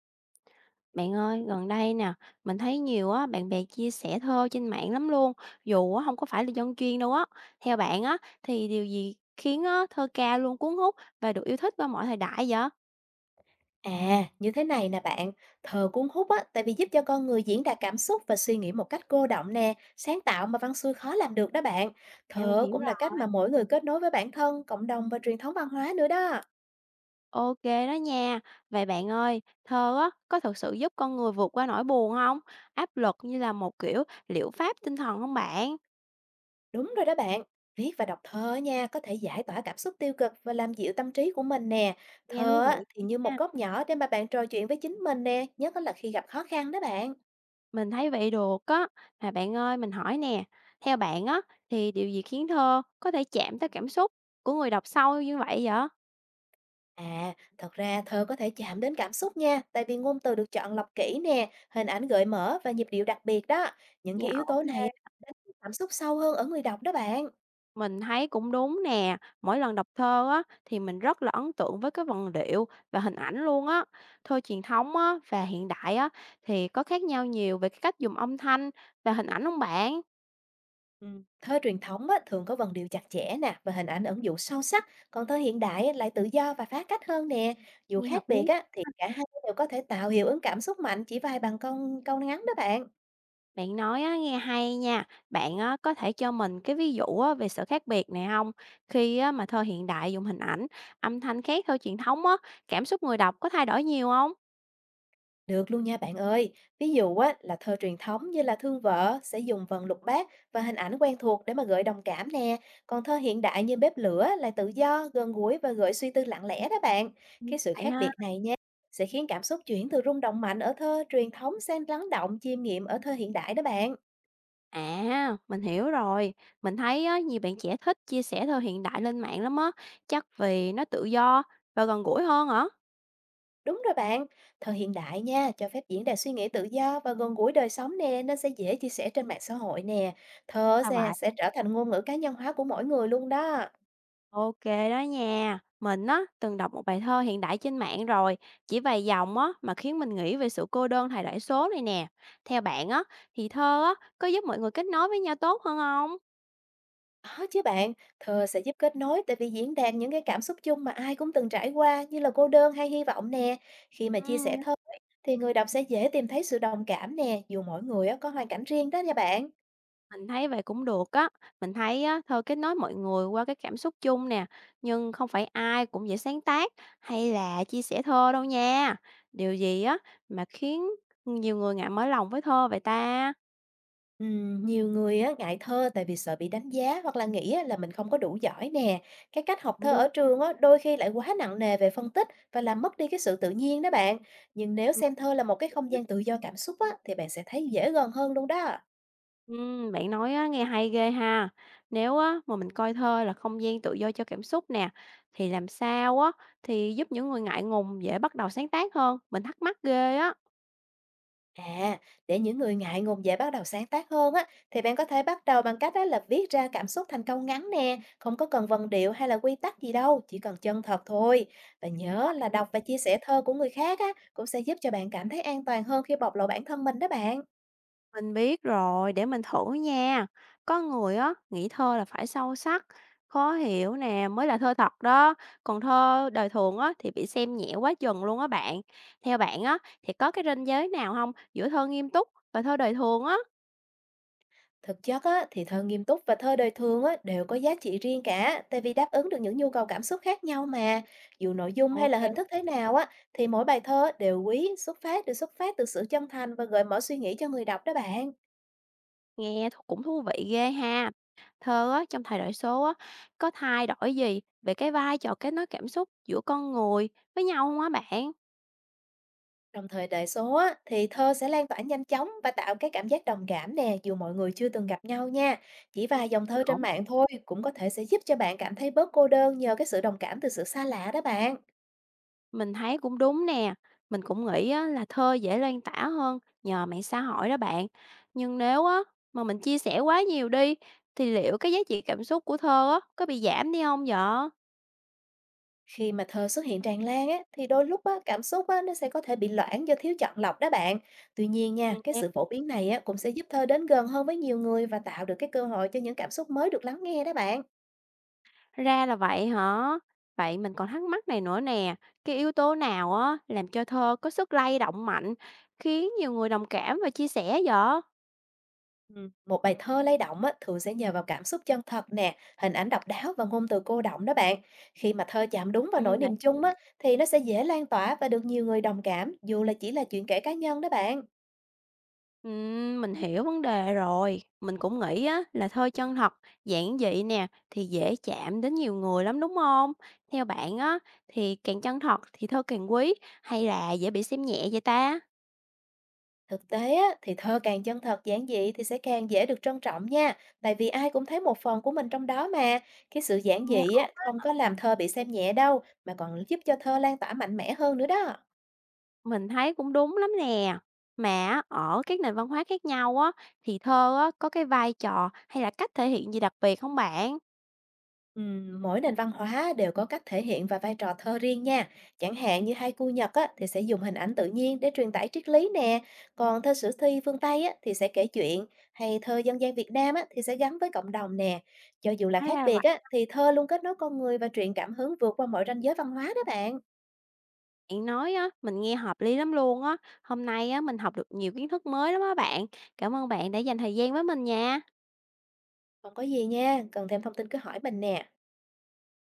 Bạn ơi, gần đây nè, mình thấy nhiều á bạn bè chia sẻ thơ trên mạng lắm luôn, dù á không có phải là dân chuyên đâu á. Theo bạn á thì điều gì khiến á thơ ca luôn cuốn hút và được yêu thích qua mọi thời đại vậy? À, như thế này nè bạn, thơ cuốn hút á, tại vì giúp cho con người diễn đạt cảm xúc và suy nghĩ một cách cô đọng nè, sáng tạo mà văn xuôi khó làm được đó bạn. À, mình Thơ hiểu cũng là rồi. cách mà mỗi người kết nối với bản thân, cộng đồng và truyền thống văn hóa nữa đó. OK đó nha. Vậy bạn ơi, thơ á có thực sự giúp con người vượt qua nỗi buồn không? Áp lực như là một kiểu liệu pháp tinh thần không bạn? Đúng rồi đó bạn, viết và đọc thơ nha, có thể giải tỏa cảm xúc tiêu cực và làm dịu tâm trí của mình nè. Nghe Thơ thú vị á, thì như một nha. góc nhỏ để mà bạn trò chuyện với chính mình nè, nhất là khi gặp khó khăn đó bạn. Mình thấy vậy được á. Mà bạn ơi, mình hỏi nè, theo bạn á thì điều gì khiến thơ có thể chạm tới cảm xúc của người đọc sâu như vậy vậy? À, thật ra thơ có thể chạm đến cảm xúc nha, tại vì ngôn từ được chọn lọc kỹ nè, hình ảnh gợi mở và nhịp điệu đặc biệt đó. Những Nghe cái yếu ổn tố này ha. á, đánh thức cảm xúc sâu hơn ở người đọc đó bạn. Mình thấy cũng đúng nè, mỗi lần đọc thơ á thì mình rất là ấn tượng với cái vần điệu và hình ảnh luôn á. Thơ truyền thống á và hiện đại á thì có khác nhau nhiều về cái cách dùng âm thanh và hình ảnh không bạn? Ừ. Thơ truyền thống á, thường có vần điệu chặt chẽ nè và hình ảnh ẩn dụ sâu sắc, còn thơ hiện đại á, lại tự do và phá cách hơn nè. Dù Nghe hợp khác biệt lý. á, thì cả hai đều có thể tạo hiệu ứng cảm xúc mạnh chỉ vài bằng câu câu ngắn đó bạn. Bạn nói á, nghe hay nha. Bạn á, có thể cho mình cái ví dụ á, về sự khác biệt này không? Khi á, mà thơ hiện đại dùng hình ảnh, âm thanh khác thơ truyền thống á, cảm xúc người đọc có thay đổi nhiều không? Được luôn nha bạn ơi. Ví dụ á, là thơ truyền thống như là Thương Vợ sẽ dùng vần lục bát và hình ảnh quen thuộc để mà gợi đồng cảm nè. Còn thơ hiện đại như Bếp Lửa lại tự do, gần gũi và gợi suy tư lặng lẽ đó bạn. Ừ. Cái sự Vậy khác ha. biệt này nha sẽ khiến cảm xúc chuyển từ rung động mạnh ở thơ truyền thống sang lắng động chiêm nghiệm ở thơ hiện đại đó bạn. À, mình hiểu rồi. Mình thấy á, nhiều bạn trẻ thích chia sẻ thơ hiện đại lên mạng lắm á. Chắc vì nó tự do và gần gũi hơn hả? Đúng rồi bạn, thơ hiện đại nha, cho phép diễn đạt suy nghĩ tự do và gần gũi đời sống nè, nên sẽ dễ chia sẻ trên mạng xã hội nè. Thơ Là sẽ, vậy. sẽ trở thành ngôn ngữ cá nhân hóa của mỗi người luôn đó. OK đó nha. Mình á, từng đọc một bài thơ hiện đại trên mạng rồi, chỉ vài dòng á, mà khiến mình nghĩ về sự cô đơn thời đại số này nè. Theo bạn á, thì thơ á, có giúp mọi người kết nối với nhau tốt hơn không? Có chứ bạn, thơ sẽ giúp kết nối tại vì diễn đạt những cái cảm xúc chung mà ai cũng từng trải qua như là cô đơn hay hy vọng nè. Khi mà chia Ừm. sẻ thơ thì người đọc sẽ dễ tìm thấy sự đồng cảm nè, dù mỗi người á có hoàn cảnh riêng đó nha bạn. Mình thấy vậy cũng được á. Mình thấy á, thơ kết nối mọi người qua cái cảm xúc chung nè, nhưng không phải ai cũng dễ sáng tác hay là chia sẻ thơ đâu nha. Điều gì á, mà khiến nhiều người ngại mở lòng với thơ vậy ta? Nhiều người á ngại thơ tại vì sợ bị đánh giá hoặc là nghĩ á là mình không có đủ giỏi nè. Cái cách học Cũng thơ ở đúng. trường á đôi khi lại quá nặng nề về phân tích và làm mất đi cái sự tự nhiên đó bạn. Nhưng nếu xem thơ là một cái không gian tự do cảm xúc á thì bạn sẽ thấy dễ gần hơn luôn đó. Bạn nói á, nghe hay ghê ha. Nếu á, mà mình coi thơ là không gian tự do cho cảm xúc nè, thì làm sao á, thì giúp những người ngại ngùng dễ bắt đầu sáng tác hơn? Mình thắc mắc ghê á. À, để những người ngại ngùng dễ bắt đầu sáng tác hơn á, thì bạn có thể bắt đầu bằng cách đó là viết ra cảm xúc thành câu ngắn nè, không có cần vần điệu hay là quy tắc gì đâu, chỉ cần chân thật thôi. Và nhớ là Ừ, đọc và chia sẻ thơ của người khác á, cũng sẽ giúp cho bạn cảm thấy an toàn hơn khi bộc lộ bản thân mình đó bạn. mình biết rồi, để mình thử nha. Có người á, nghĩ thơ là phải sâu sắc, khó hiểu nè, mới là thơ thật đó. Còn thơ đời thường á, thì bị xem nhẹ quá chừng luôn á bạn. Theo bạn á, thì có cái ranh giới nào không giữa thơ nghiêm túc và thơ đời thường á? Thực chất á, thì thơ nghiêm túc và thơ đời thường á, đều có giá trị riêng cả, tại vì đáp ứng được những nhu cầu cảm xúc khác nhau mà. Dù nội dung hay là OK. hình thức thế nào á, thì mỗi bài thơ đều quý, đều xuất phát từ sự chân thành và gợi mở suy nghĩ cho người đọc đó bạn. Nghe th cũng thú vị ghê ha. Thơ á, trong thời đại số á, có thay đổi gì về cái vai trò kết nối cảm xúc giữa con người với nhau không á bạn? Trong thời đại số á, thì thơ sẽ lan tỏa nhanh chóng và tạo cái cảm giác đồng cảm nè, dù mọi người chưa từng gặp nhau nha. Chỉ vài dòng thơ trên Ổn. mạng thôi cũng có thể sẽ giúp cho bạn cảm thấy bớt cô đơn nhờ cái sự đồng cảm từ sự xa lạ đó bạn. Mình thấy cũng đúng nè, mình cũng nghĩ á là thơ dễ lan tỏa hơn nhờ mạng xã hội đó bạn. Nhưng nếu á, mà mình chia sẻ quá nhiều đi, thì liệu cái giá trị cảm xúc của thơ á, có bị giảm đi không vậy? Khi mà thơ xuất hiện tràn lan á, thì đôi lúc á, cảm xúc á, nó sẽ có thể bị loãng do thiếu chọn lọc đó bạn. Tuy nhiên nha, cái Nghe. sự phổ biến này á, cũng sẽ giúp thơ đến gần hơn với nhiều người và tạo được cái cơ hội cho những cảm xúc mới được lắng nghe đó bạn. Ra là vậy hả? Vậy mình còn thắc mắc này nữa nè, cái yếu tố nào á làm cho thơ có sức lay động mạnh, khiến nhiều người đồng cảm và chia sẻ vậy? Một bài thơ lay động á, thường sẽ nhờ vào cảm xúc chân thật nè, hình ảnh độc đáo và ngôn từ cô đọng đó bạn. Khi mà thơ chạm đúng vào nỗi Ừ, vậy. niềm chung á, thì nó sẽ dễ lan tỏa và được nhiều người đồng cảm, dù là chỉ là chuyện kể cá nhân đó bạn. Mình hiểu vấn đề rồi. Mình cũng nghĩ á là thơ chân thật, giản dị nè thì dễ chạm đến nhiều người lắm đúng không? Theo bạn á thì càng chân thật thì thơ càng quý hay là dễ bị xem nhẹ vậy ta? Thực tế á, thì thơ càng chân thật giản dị thì sẽ càng dễ được trân trọng nha, tại vì ai cũng thấy một phần của mình trong đó mà. Cái sự giản dị á, không có làm thơ bị xem nhẹ đâu, mà còn giúp cho thơ lan tỏa mạnh mẽ hơn nữa đó. Mình thấy cũng đúng lắm nè. Mà á, ở các nền văn hóa khác nhau á, thì thơ á, có cái vai trò hay là cách thể hiện gì đặc biệt không bạn? Mỗi nền văn hóa đều có cách thể hiện và vai trò thơ riêng nha. Chẳng hạn như haiku Nhật á, thì sẽ dùng hình ảnh tự nhiên để truyền tải triết lý nè. Còn thơ sử thi phương Tây á, thì sẽ kể chuyện. Hay thơ dân gian Việt Nam á, thì sẽ gắn với cộng đồng nè. Cho dù là Hóa khác là biệt vậy, á, thì thơ luôn kết nối con người và truyền cảm hứng vượt qua mọi ranh giới văn hóa đó bạn. bạn nói á, mình nghe hợp lý lắm luôn á. Hôm nay á, mình học được nhiều kiến thức mới lắm á bạn. Cảm ơn bạn đã dành thời gian với mình nha. Không có gì nha, cần thêm thông tin cứ hỏi mình nè.